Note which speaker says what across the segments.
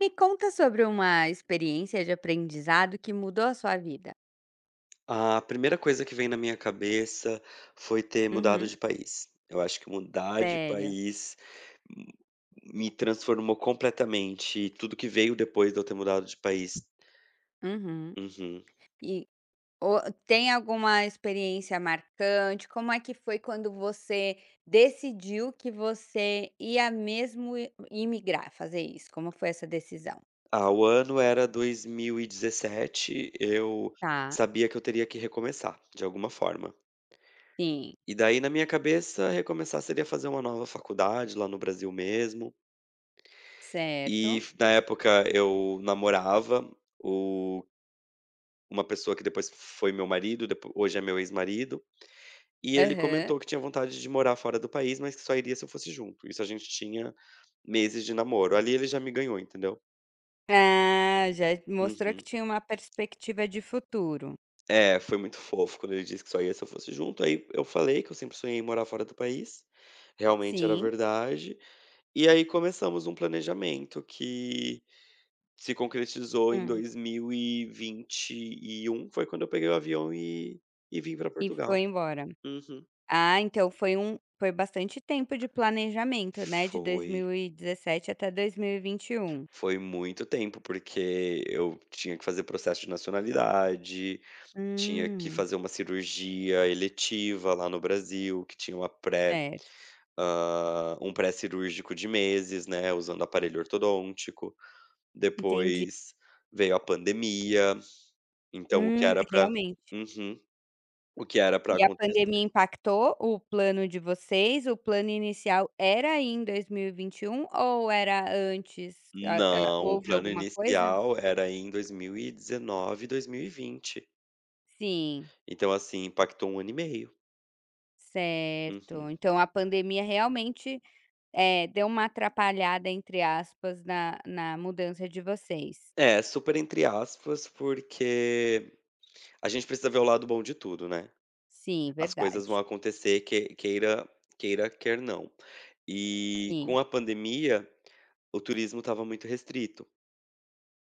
Speaker 1: Me conta sobre uma experiência de aprendizado que mudou a sua vida.
Speaker 2: A primeira coisa que vem na minha cabeça foi ter mudado
Speaker 1: Uhum.
Speaker 2: de país. Eu acho que mudar de
Speaker 1: Sério.
Speaker 2: país m- me transformou completamente. E tudo que veio depois de eu ter mudado de país.
Speaker 1: Uhum.
Speaker 2: Uhum.
Speaker 1: E o Tem alguma experiência marcante? Como é que foi quando você decidiu que você ia mesmo i imigrar, fazer isso? Como foi essa decisão?
Speaker 2: Ah, o ano era 2017, eu
Speaker 1: Tá,
Speaker 2: sabia que eu teria que recomeçar, de alguma forma.
Speaker 1: sim,
Speaker 2: E daí, na minha cabeça, recomeçar seria fazer uma nova faculdade lá no Brasil mesmo. E
Speaker 1: certo.
Speaker 2: na época eu namorava, o uma pessoa que depois foi meu marido, depo hoje é meu ex-marido, e ele
Speaker 1: Aham.
Speaker 2: comentou que tinha vontade de morar fora do país, mas que só iria se eu fosse junto. Isso, a gente tinha meses de namoro. Ali ele já me ganhou, entendeu.
Speaker 1: Ah, já mostrou que
Speaker 2: Uhum.
Speaker 1: tinha uma perspectiva de futuro.
Speaker 2: É, foi muito fofo quando ele disse que só ia se eu fosse junto, aí eu falei que eu sempre sonhei em morar fora do país, realmente era
Speaker 1: Sim.
Speaker 2: verdade, e aí começamos um planejamento que se concretizou em
Speaker 1: Hum.
Speaker 2: 2021, foi quando eu peguei o avião e vim para
Speaker 1: E foi
Speaker 2: Portugal.
Speaker 1: embora.
Speaker 2: Uhum.
Speaker 1: Ah, então foi bastante tempo de planejamento, né, de
Speaker 2: Foi.
Speaker 1: 2017 até dois mil e vinte e um.
Speaker 2: Foi muito tempo, porque eu tinha que fazer processo de nacionalidade, tinha que
Speaker 1: Hum.
Speaker 2: fazer uma cirurgia eletiva lá no Brasil, que tinha uma pré,
Speaker 1: Certo,
Speaker 2: ah, um pré-cirúrgico de meses, né, usando aparelho ortodôntico.
Speaker 1: entendi.
Speaker 2: Depois veio a pandemia, então
Speaker 1: Realmente.
Speaker 2: o que era para
Speaker 1: E a pandemia
Speaker 2: acontecer.
Speaker 1: impactou o plano de vocês? O plano inicial era ir em 2021 ou era antes? A
Speaker 2: Não, o
Speaker 1: Houve
Speaker 2: plano
Speaker 1: alguma coisa?
Speaker 2: inicial era em 2019, 2020.
Speaker 1: Sim,
Speaker 2: Então, assim, impactou um ano e meio.
Speaker 1: certo.
Speaker 2: Uhum.
Speaker 1: Então a pandemia realmente, deu uma "atrapalhada", entre aspas, na mudança de vocês.
Speaker 2: É, super entre aspas, porque a gente precisa ver o lado bom de tudo, né.
Speaker 1: Sim,
Speaker 2: As coisas vão
Speaker 1: verdade.
Speaker 2: acontecer, que queira, quer não. E
Speaker 1: Sim,
Speaker 2: com a pandemia, o turismo estava muito restrito.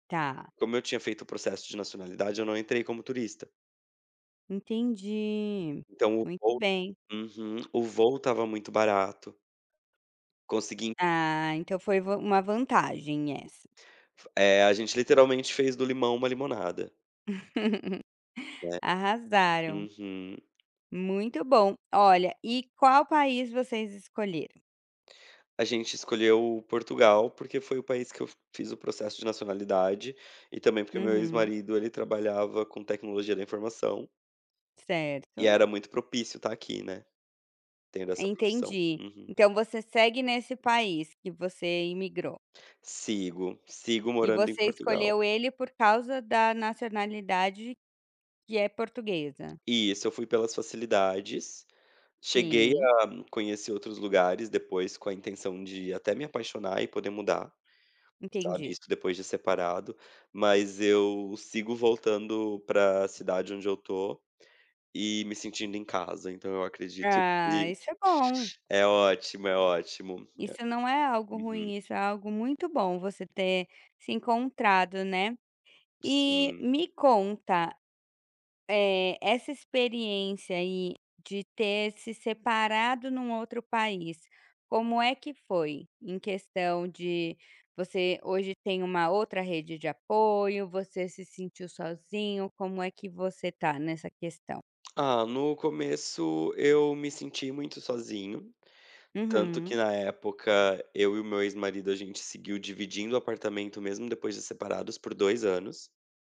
Speaker 1: tá,
Speaker 2: Como eu tinha feito o processo de nacionalidade, eu não entrei como turista.
Speaker 1: entendi.
Speaker 2: Então o
Speaker 1: Muito
Speaker 2: voo
Speaker 1: bem.
Speaker 2: Uhum. O voo estava muito barato. Consegui.
Speaker 1: Ah, então foi va uma vantagem essa.
Speaker 2: A gente literalmente fez do limão uma limonada, né.
Speaker 1: Arrasaram,
Speaker 2: Uhum.
Speaker 1: muito bom. Olha, e qual país vocês escolheram?
Speaker 2: A gente escolheu Portugal, porque foi o país que eu fiz o processo de nacionalidade, e também porque meu
Speaker 1: Uhum,
Speaker 2: ex-marido ele trabalhava com tecnologia da informação, e
Speaker 1: certo,
Speaker 2: era muito propício estar aqui, né, tendo essa profissão.
Speaker 1: entendi.
Speaker 2: Uhum.
Speaker 1: Então você segue nesse país que você imigrou,
Speaker 2: Sigo
Speaker 1: e
Speaker 2: morando em
Speaker 1: você
Speaker 2: Portugal.
Speaker 1: escolheu ele por causa da nacionalidade que é portuguesa?
Speaker 2: Isso, eu fui pelas facilidades, cheguei
Speaker 1: Sim,
Speaker 2: a conhecer outros lugares depois com a intenção de até me apaixonar e poder mudar, sabe,
Speaker 1: entendi.
Speaker 2: isso depois de separado, mas eu sigo voltando para a cidade onde eu tô e me sentindo em casa, então eu acredito
Speaker 1: Ah,
Speaker 2: que
Speaker 1: isso é bom.
Speaker 2: é ótimo, é ótimo.
Speaker 1: Isso não é algo
Speaker 2: Uhum,
Speaker 1: ruim, isso é algo muito bom você ter se encontrado, né. E
Speaker 2: sim.
Speaker 1: me conta, essa experiência aí de ter se separado num outro país, como é que foi? Em questão de você hoje tem uma outra rede de apoio, você se sentiu sozinho, como é que você tá nessa questão?
Speaker 2: Ah, no começo eu me senti muito sozinho, tanto que
Speaker 1: Uhum,
Speaker 2: na época eu e o meu ex-marido a gente seguiu dividindo o apartamento mesmo depois de separados por 2 anos,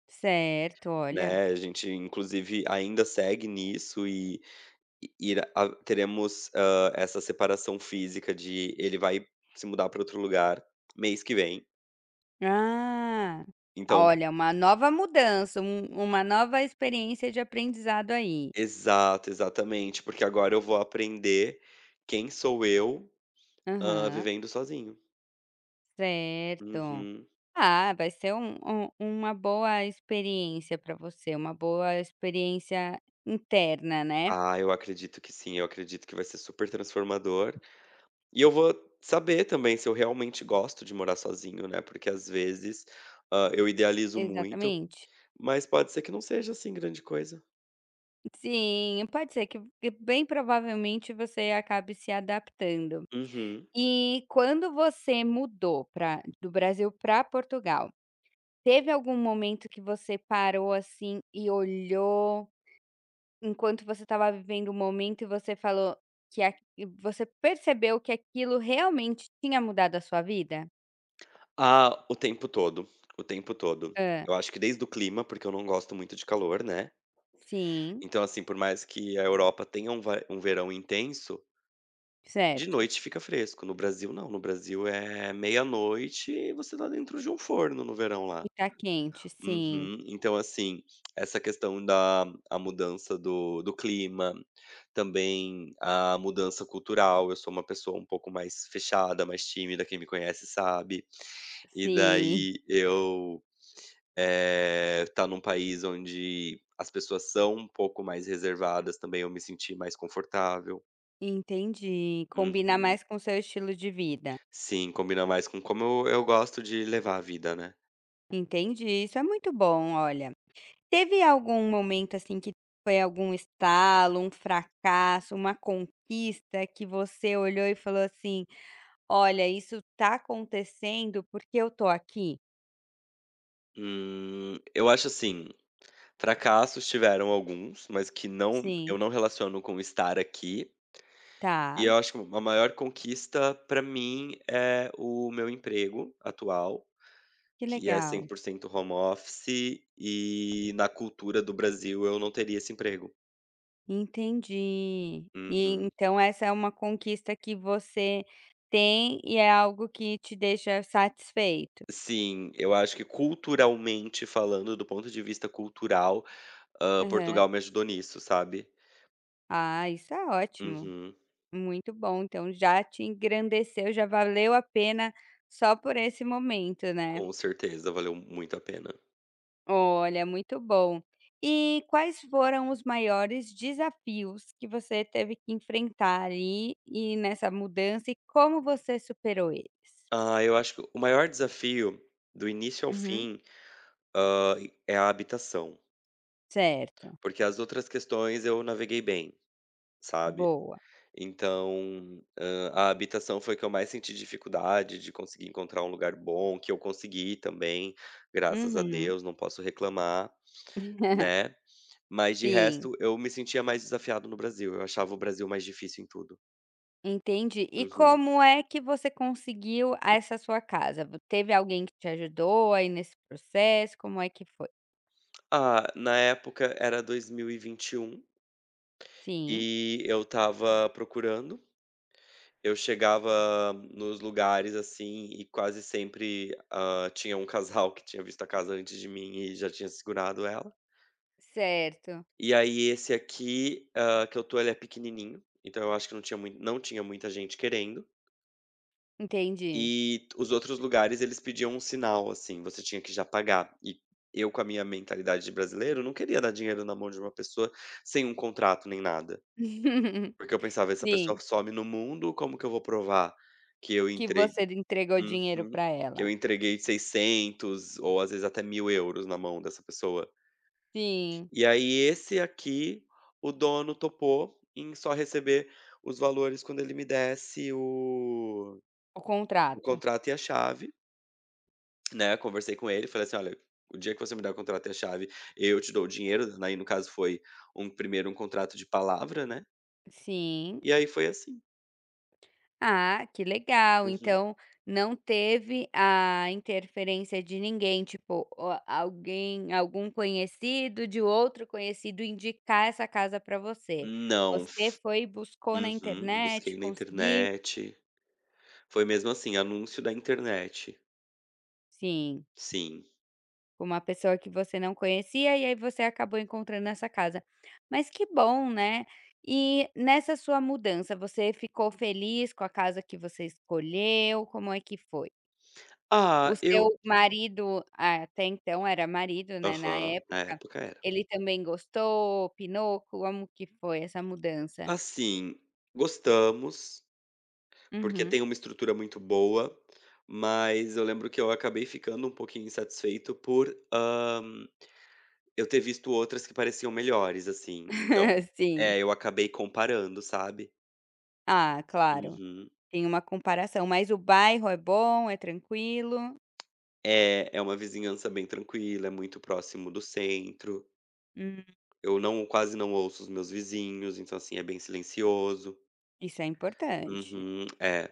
Speaker 1: certo, olha.
Speaker 2: né, a gente inclusive ainda segue nisso e irá a teremos, essa separação física de ele vai se mudar para outro lugar mês que vem,
Speaker 1: Ah,
Speaker 2: então...
Speaker 1: olha, uma nova mudança, uma nova experiência de aprendizado aí.
Speaker 2: Exato, exatamente, porque agora eu vou aprender quem sou eu,
Speaker 1: Aham,
Speaker 2: vivendo sozinho.
Speaker 1: certo.
Speaker 2: Uhum.
Speaker 1: Ah, vai ser uma boa experiência para você, uma boa experiência interna, né.
Speaker 2: Ah, eu acredito que sim, eu acredito que vai ser super transformador. E eu vou saber também se eu realmente gosto de morar sozinho, né, porque às vezes, eu idealizo muito,
Speaker 1: Exatamente.
Speaker 2: mas pode ser que não seja, assim, grande coisa.
Speaker 1: Sim, pode ser que bem provavelmente você acabe se adaptando.
Speaker 2: Uhum.
Speaker 1: E quando você mudou pra do Brasil para Portugal, teve algum momento que você parou, assim, e olhou enquanto você estava vivendo o momento e você falou que a e você percebeu que aquilo realmente tinha mudado a sua vida?
Speaker 2: Ah, o tempo todo, o tempo todo.
Speaker 1: Ah,
Speaker 2: Eu acho que desde o clima, porque eu não gosto muito de calor, né.
Speaker 1: sim,
Speaker 2: Então, assim, por mais que a Europa tenha um va um verão intenso. De
Speaker 1: certo.
Speaker 2: noite fica fresco, no Brasil não, no Brasil é meia-noite e você tá dentro de um forno no verão
Speaker 1: E
Speaker 2: lá.
Speaker 1: tá quente, sim,
Speaker 2: Uhum. Então, assim, essa questão da a mudança do clima, também a mudança cultural, eu sou uma pessoa um pouco mais fechada, mais tímida, quem me conhece sabe. E
Speaker 1: sim,
Speaker 2: daí eu, tá num país onde as pessoas são um pouco mais reservadas, também eu me senti mais confortável.
Speaker 1: entendi. Combina
Speaker 2: Uhum.
Speaker 1: mais com o seu estilo de vida.
Speaker 2: Sim, combina mais com como eu gosto de levar a vida, né.
Speaker 1: Entendi, isso é muito bom, olha. Teve algum momento, assim, que foi algum estalo, um fracasso, uma conquista que você olhou e falou assim: olha, isso tá acontecendo porque eu tô aqui?
Speaker 2: Eu acho assim, fracassos tiveram alguns, mas que não,
Speaker 1: Sim.
Speaker 2: eu não relaciono com estar aqui, e
Speaker 1: Tá,
Speaker 2: eu acho que a maior conquista pra mim é o meu emprego atual,
Speaker 1: que
Speaker 2: que é cem
Speaker 1: legal,
Speaker 2: por cento home office e na cultura do Brasil eu não teria esse emprego.
Speaker 1: entendi. E
Speaker 2: Uhum.
Speaker 1: então essa é uma conquista que você tem e é algo que te deixa satisfeito?
Speaker 2: Sim, eu acho que culturalmente falando, do ponto de vista cultural,
Speaker 1: Aham.
Speaker 2: Portugal me ajudou nisso, sabe.
Speaker 1: Ah, isso é ótimo,
Speaker 2: Uhum.
Speaker 1: muito bom, então já te engrandeceu, já valeu a pena só por esse momento, né?
Speaker 2: Com certeza, valeu muito a pena.
Speaker 1: Olha, muito bom. E quais foram os maiores desafios que você teve que enfrentar aí nessa mudança e como você superou eles?
Speaker 2: Ah, eu acho que o maior desafio do início ao
Speaker 1: Uhum.
Speaker 2: fim, hã, é a habitação,
Speaker 1: Certo,
Speaker 2: porque as outras questões eu naveguei bem, sabe.
Speaker 1: boa.
Speaker 2: Então, a habitação foi que eu mais senti dificuldade de conseguir encontrar um lugar bom, que eu consegui também, graças a
Speaker 1: Uhum.
Speaker 2: Deus, não posso reclamar, né. Mas de
Speaker 1: Sim,
Speaker 2: resto eu me sentia mais desafiado no Brasil, eu achava o Brasil mais difícil em tudo.
Speaker 1: entendi. E
Speaker 2: Uhum.
Speaker 1: como é que você conseguiu essa sua casa? Teve alguém que te ajudou aí nesse processo? Como é que foi?
Speaker 2: Ah, na época era dois mil e vinte e um.
Speaker 1: Sim,
Speaker 2: E eu estava procurando, eu chegava nos lugares, assim, e quase sempre, tinha um casal que tinha visto a casa antes de mim e já tinha segurado ela.
Speaker 1: certo,
Speaker 2: E aí esse aqui, que eu tô, ele é pequenininho, então eu acho que não tinha muita gente querendo,
Speaker 1: entendi.
Speaker 2: e os outros lugares eles pediam um sinal, assim, você tinha que já pagar. E eu com a minha mentalidade de brasileiro não queria dar dinheiro na mão de uma pessoa sem um contrato nem nada. Porque eu pensava: "Essa pessoa
Speaker 1: Sim,
Speaker 2: some no mundo, como que eu vou provar que eu
Speaker 1: que
Speaker 2: entreguei.
Speaker 1: você entregou dinheiro para
Speaker 2: Que
Speaker 1: ela.
Speaker 2: eu entreguei 600 ou às vezes até 1.000 euros na mão dessa pessoa".
Speaker 1: Sim,
Speaker 2: E aí esse aqui, o dono topou em só receber os valores quando ele me desse o
Speaker 1: o
Speaker 2: o
Speaker 1: contrato.
Speaker 2: contrato e a chave, né. Conversei com ele, falei assim: "Olha, o dia que você me der o contrato e a chave, eu te dou o dinheiro". Né, aí no caso foi um primeiro um contrato de palavra, né.
Speaker 1: Sim.
Speaker 2: E aí foi assim.
Speaker 1: Ah, que legal.
Speaker 2: Uhum.
Speaker 1: Então, não teve a interferência de ninguém, tipo, o alguém algum conhecido de outro conhecido indicar essa casa para você.
Speaker 2: Não.
Speaker 1: Você foi buscou na
Speaker 2: Uhum,
Speaker 1: internet,
Speaker 2: busquei na
Speaker 1: conseguiu?
Speaker 2: internet. Foi mesmo assim, anúncio da internet.
Speaker 1: Sim,
Speaker 2: Sim.
Speaker 1: com uma pessoa que você não conhecia e aí você acabou encontrando essa casa. Mas que bom, né? E nessa sua mudança, você ficou feliz com a casa que você escolheu? Como é que foi? O
Speaker 2: Ah,
Speaker 1: seu
Speaker 2: eu
Speaker 1: marido, ah, até então era marido, né, na
Speaker 2: aham, na
Speaker 1: época,
Speaker 2: época era.
Speaker 1: ele também gostou, opinou? Como que foi essa mudança?
Speaker 2: Assim, gostamos, porque
Speaker 1: Uhum.
Speaker 2: tem uma estrutura muito boa, mas eu lembro que eu acabei ficando um pouquinho insatisfeito por, eu ter visto outras que pareciam melhores, assim, então
Speaker 1: Sim.
Speaker 2: é, eu acabei comparando, sabe.
Speaker 1: Ah, claro.
Speaker 2: Uhum.
Speaker 1: Tem uma comparação, mas o bairro é bom, é tranquilo?
Speaker 2: É, é uma vizinhança bem tranquila, é muito próximo do centro.
Speaker 1: Hum,
Speaker 2: Eu não, quase não ouço os meus vizinhos, então, assim, é bem silencioso.
Speaker 1: isso é importante.
Speaker 2: Uhum, é.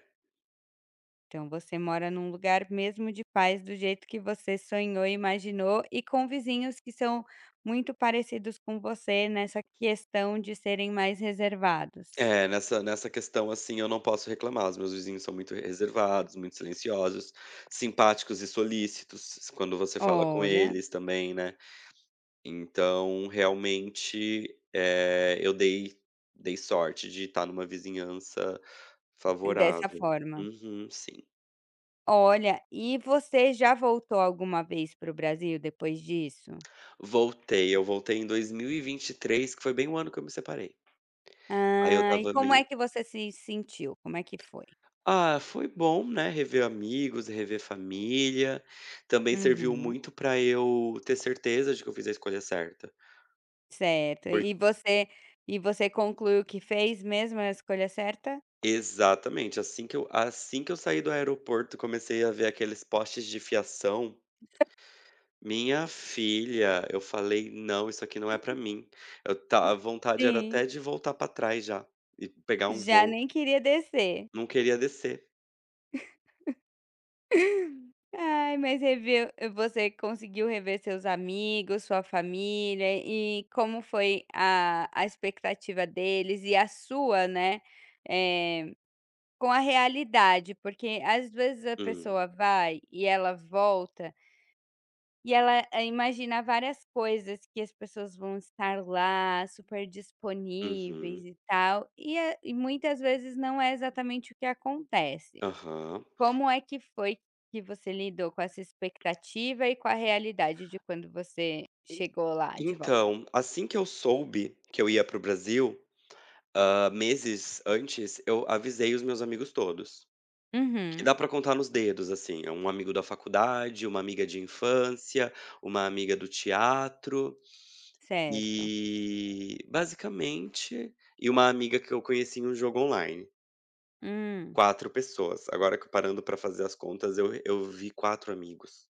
Speaker 1: Então você mora num lugar mesmo de paz do jeito que você sonhou e imaginou e com vizinhos que são muito parecidos com você nessa questão de serem mais reservados.
Speaker 2: É, nessa questão, assim, eu não posso reclamar. Os meus vizinhos são muito reservados, muito silenciosos, simpáticos e solícitos quando você fala com
Speaker 1: Olha,
Speaker 2: eles também, né. Então, realmente, eu dei sorte de estar numa vizinhança
Speaker 1: dessa
Speaker 2: favorável.
Speaker 1: forma.
Speaker 2: Uhum, sim.
Speaker 1: Olha, e você já voltou alguma vez para o Brasil depois disso?
Speaker 2: Voltei, eu voltei em dois mil e vinte e três, que foi bem o ano que eu me separei. Aí eu
Speaker 1: Ah, e
Speaker 2: tava
Speaker 1: como é
Speaker 2: meio...
Speaker 1: que você se sentiu? Como é que foi?
Speaker 2: Ah, foi bom, né, rever amigos, rever família. Também serviu
Speaker 1: Uhum,
Speaker 2: muito para eu ter certeza de que eu fiz a escolha certa.
Speaker 1: certo.
Speaker 2: Por
Speaker 1: E você concluiu que fez mesmo a escolha certa?
Speaker 2: Exatamente, assim que eu saí do aeroporto, comecei a ver aqueles postes de fiação. Minha filha, eu falei: "Não, isso aqui não é pra mim". Eu ta A vontade era
Speaker 1: Sim,
Speaker 2: até de voltar pra trás já e pegar um
Speaker 1: já
Speaker 2: voo.
Speaker 1: nem queria descer.
Speaker 2: Não queria descer.
Speaker 1: Ai, mas reviu, você conseguiu rever seus amigos, sua família, e como foi a expectativa deles e a sua, né, eh, com a realidade? Porque às vezes a
Speaker 2: Hum,
Speaker 1: pessoa vai e ela volta e ela imagina várias coisas, que as pessoas vão estar lá super disponíveis
Speaker 2: uhum,
Speaker 1: e tal, e muitas vezes não é exatamente o que acontece.
Speaker 2: aham.
Speaker 1: Como é que foi que você lidou com essa expectativa e com a realidade de quando você
Speaker 2: E
Speaker 1: chegou lá de volta?
Speaker 2: então, assim que eu soube que eu ia para o Brasil, meses antes, eu avisei os meus amigos todos, que
Speaker 1: Uhum,
Speaker 2: dá pra contar nos dedos, assim, é um amigo da faculdade, uma amiga de infância, uma amiga do teatro
Speaker 1: certo.
Speaker 2: e, basicamente, uma amiga que eu conheci em um jogo online.
Speaker 1: Hum.
Speaker 2: Quatro pessoas. Agora que parando pra fazer as contas, eu vi 4 amigos.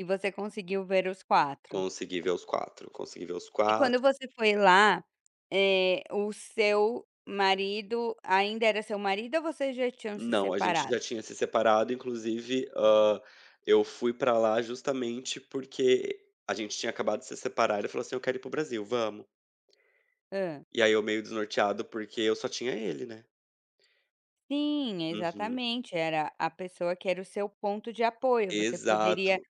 Speaker 1: E você conseguiu ver os 4.
Speaker 2: Consegui ver os quatro, consegui ver os
Speaker 1: E quando
Speaker 2: quatro.
Speaker 1: você foi lá, o seu marido ainda era seu marido ou vocês já tinham se
Speaker 2: Não, a gente
Speaker 1: separado?
Speaker 2: já tinha se separado, inclusive, eu fui pra lá justamente porque a gente tinha acabado de se separar, ele falou assim: "Eu quero ir pro Brasil, vamos".
Speaker 1: Hã.
Speaker 2: E aí eu meio desnorteado, porque eu só tinha ele, né.
Speaker 1: Sim,
Speaker 2: Uhum.
Speaker 1: exatamente, era a pessoa que era o seu ponto de apoio, você poderia
Speaker 2: Exato.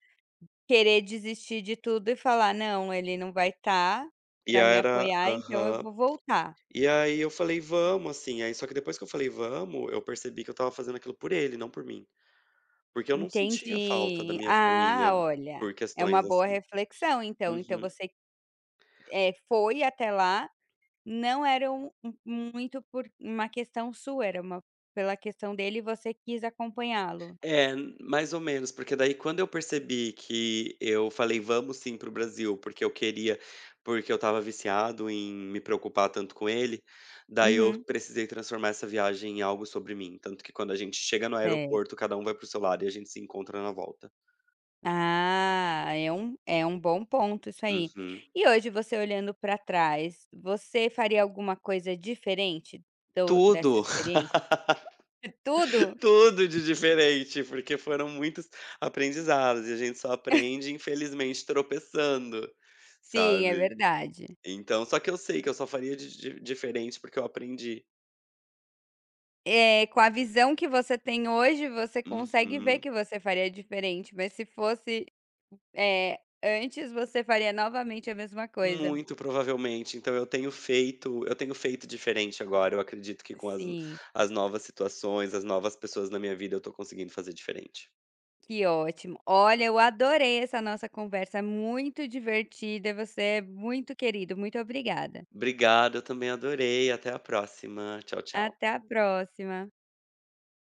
Speaker 1: querer desistir de tudo e falar: "Não, ele não vai estar
Speaker 2: E
Speaker 1: para me
Speaker 2: era
Speaker 1: apoiar, então eu
Speaker 2: Aham.
Speaker 1: vou voltar".
Speaker 2: E aí eu falei: "Vamos", assim, aí só que depois que eu falei: "Vamos", eu percebi que eu estava fazendo aquilo por ele, não por mim. Porque eu não sentia falta da
Speaker 1: Entendi.
Speaker 2: minha
Speaker 1: Ah,
Speaker 2: família,
Speaker 1: olha,
Speaker 2: por
Speaker 1: é uma
Speaker 2: questões
Speaker 1: boa
Speaker 2: assim.
Speaker 1: reflexão então. Então
Speaker 2: Uhum.
Speaker 1: você, foi até lá, não era muito por uma questão sua, era uma pela questão dele e você quis acompanhá-lo.
Speaker 2: É, mais ou menos, porque daí quando eu percebi que eu falei: "Vamos sim para o Brasil", porque eu queria, porque eu estava viciado em me preocupar tanto com ele, daí eu
Speaker 1: Uhum.
Speaker 2: precisei transformar essa viagem em algo sobre mim, tanto que quando a gente chega no
Speaker 1: Certo.
Speaker 2: aeroporto, cada um vai para o seu lado e a gente se encontra na volta.
Speaker 1: Ah, é um bom ponto isso aí.
Speaker 2: Uhum.
Speaker 1: E hoje você olhando para trás, você faria alguma coisa diferente do dessa
Speaker 2: Tudo.
Speaker 1: experiência? Tudo?
Speaker 2: Tudo de diferente, porque foram muitos aprendizados e a gente só aprende, infelizmente, tropeçando,
Speaker 1: Sim, é
Speaker 2: sabe.
Speaker 1: verdade.
Speaker 2: Então, só que eu sei que eu só faria de diferente porque eu aprendi.
Speaker 1: É, com a visão que você tem hoje, você consegue ver
Speaker 2: Uhum.
Speaker 1: que você faria diferente, mas se fosse, antes, você faria novamente a mesma coisa.
Speaker 2: Muito provavelmente. Então eu tenho feito diferente agora. Eu acredito que com as
Speaker 1: Sim,
Speaker 2: as novas situações, as novas pessoas na minha vida, eu tô conseguindo fazer diferente.
Speaker 1: que ótimo. Olha, eu adorei essa nossa conversa, muito divertida, você é muito querido, muito obrigada.
Speaker 2: Obrigado, eu também adorei. Até a próxima. Tchau, tchau.
Speaker 1: Até a próxima.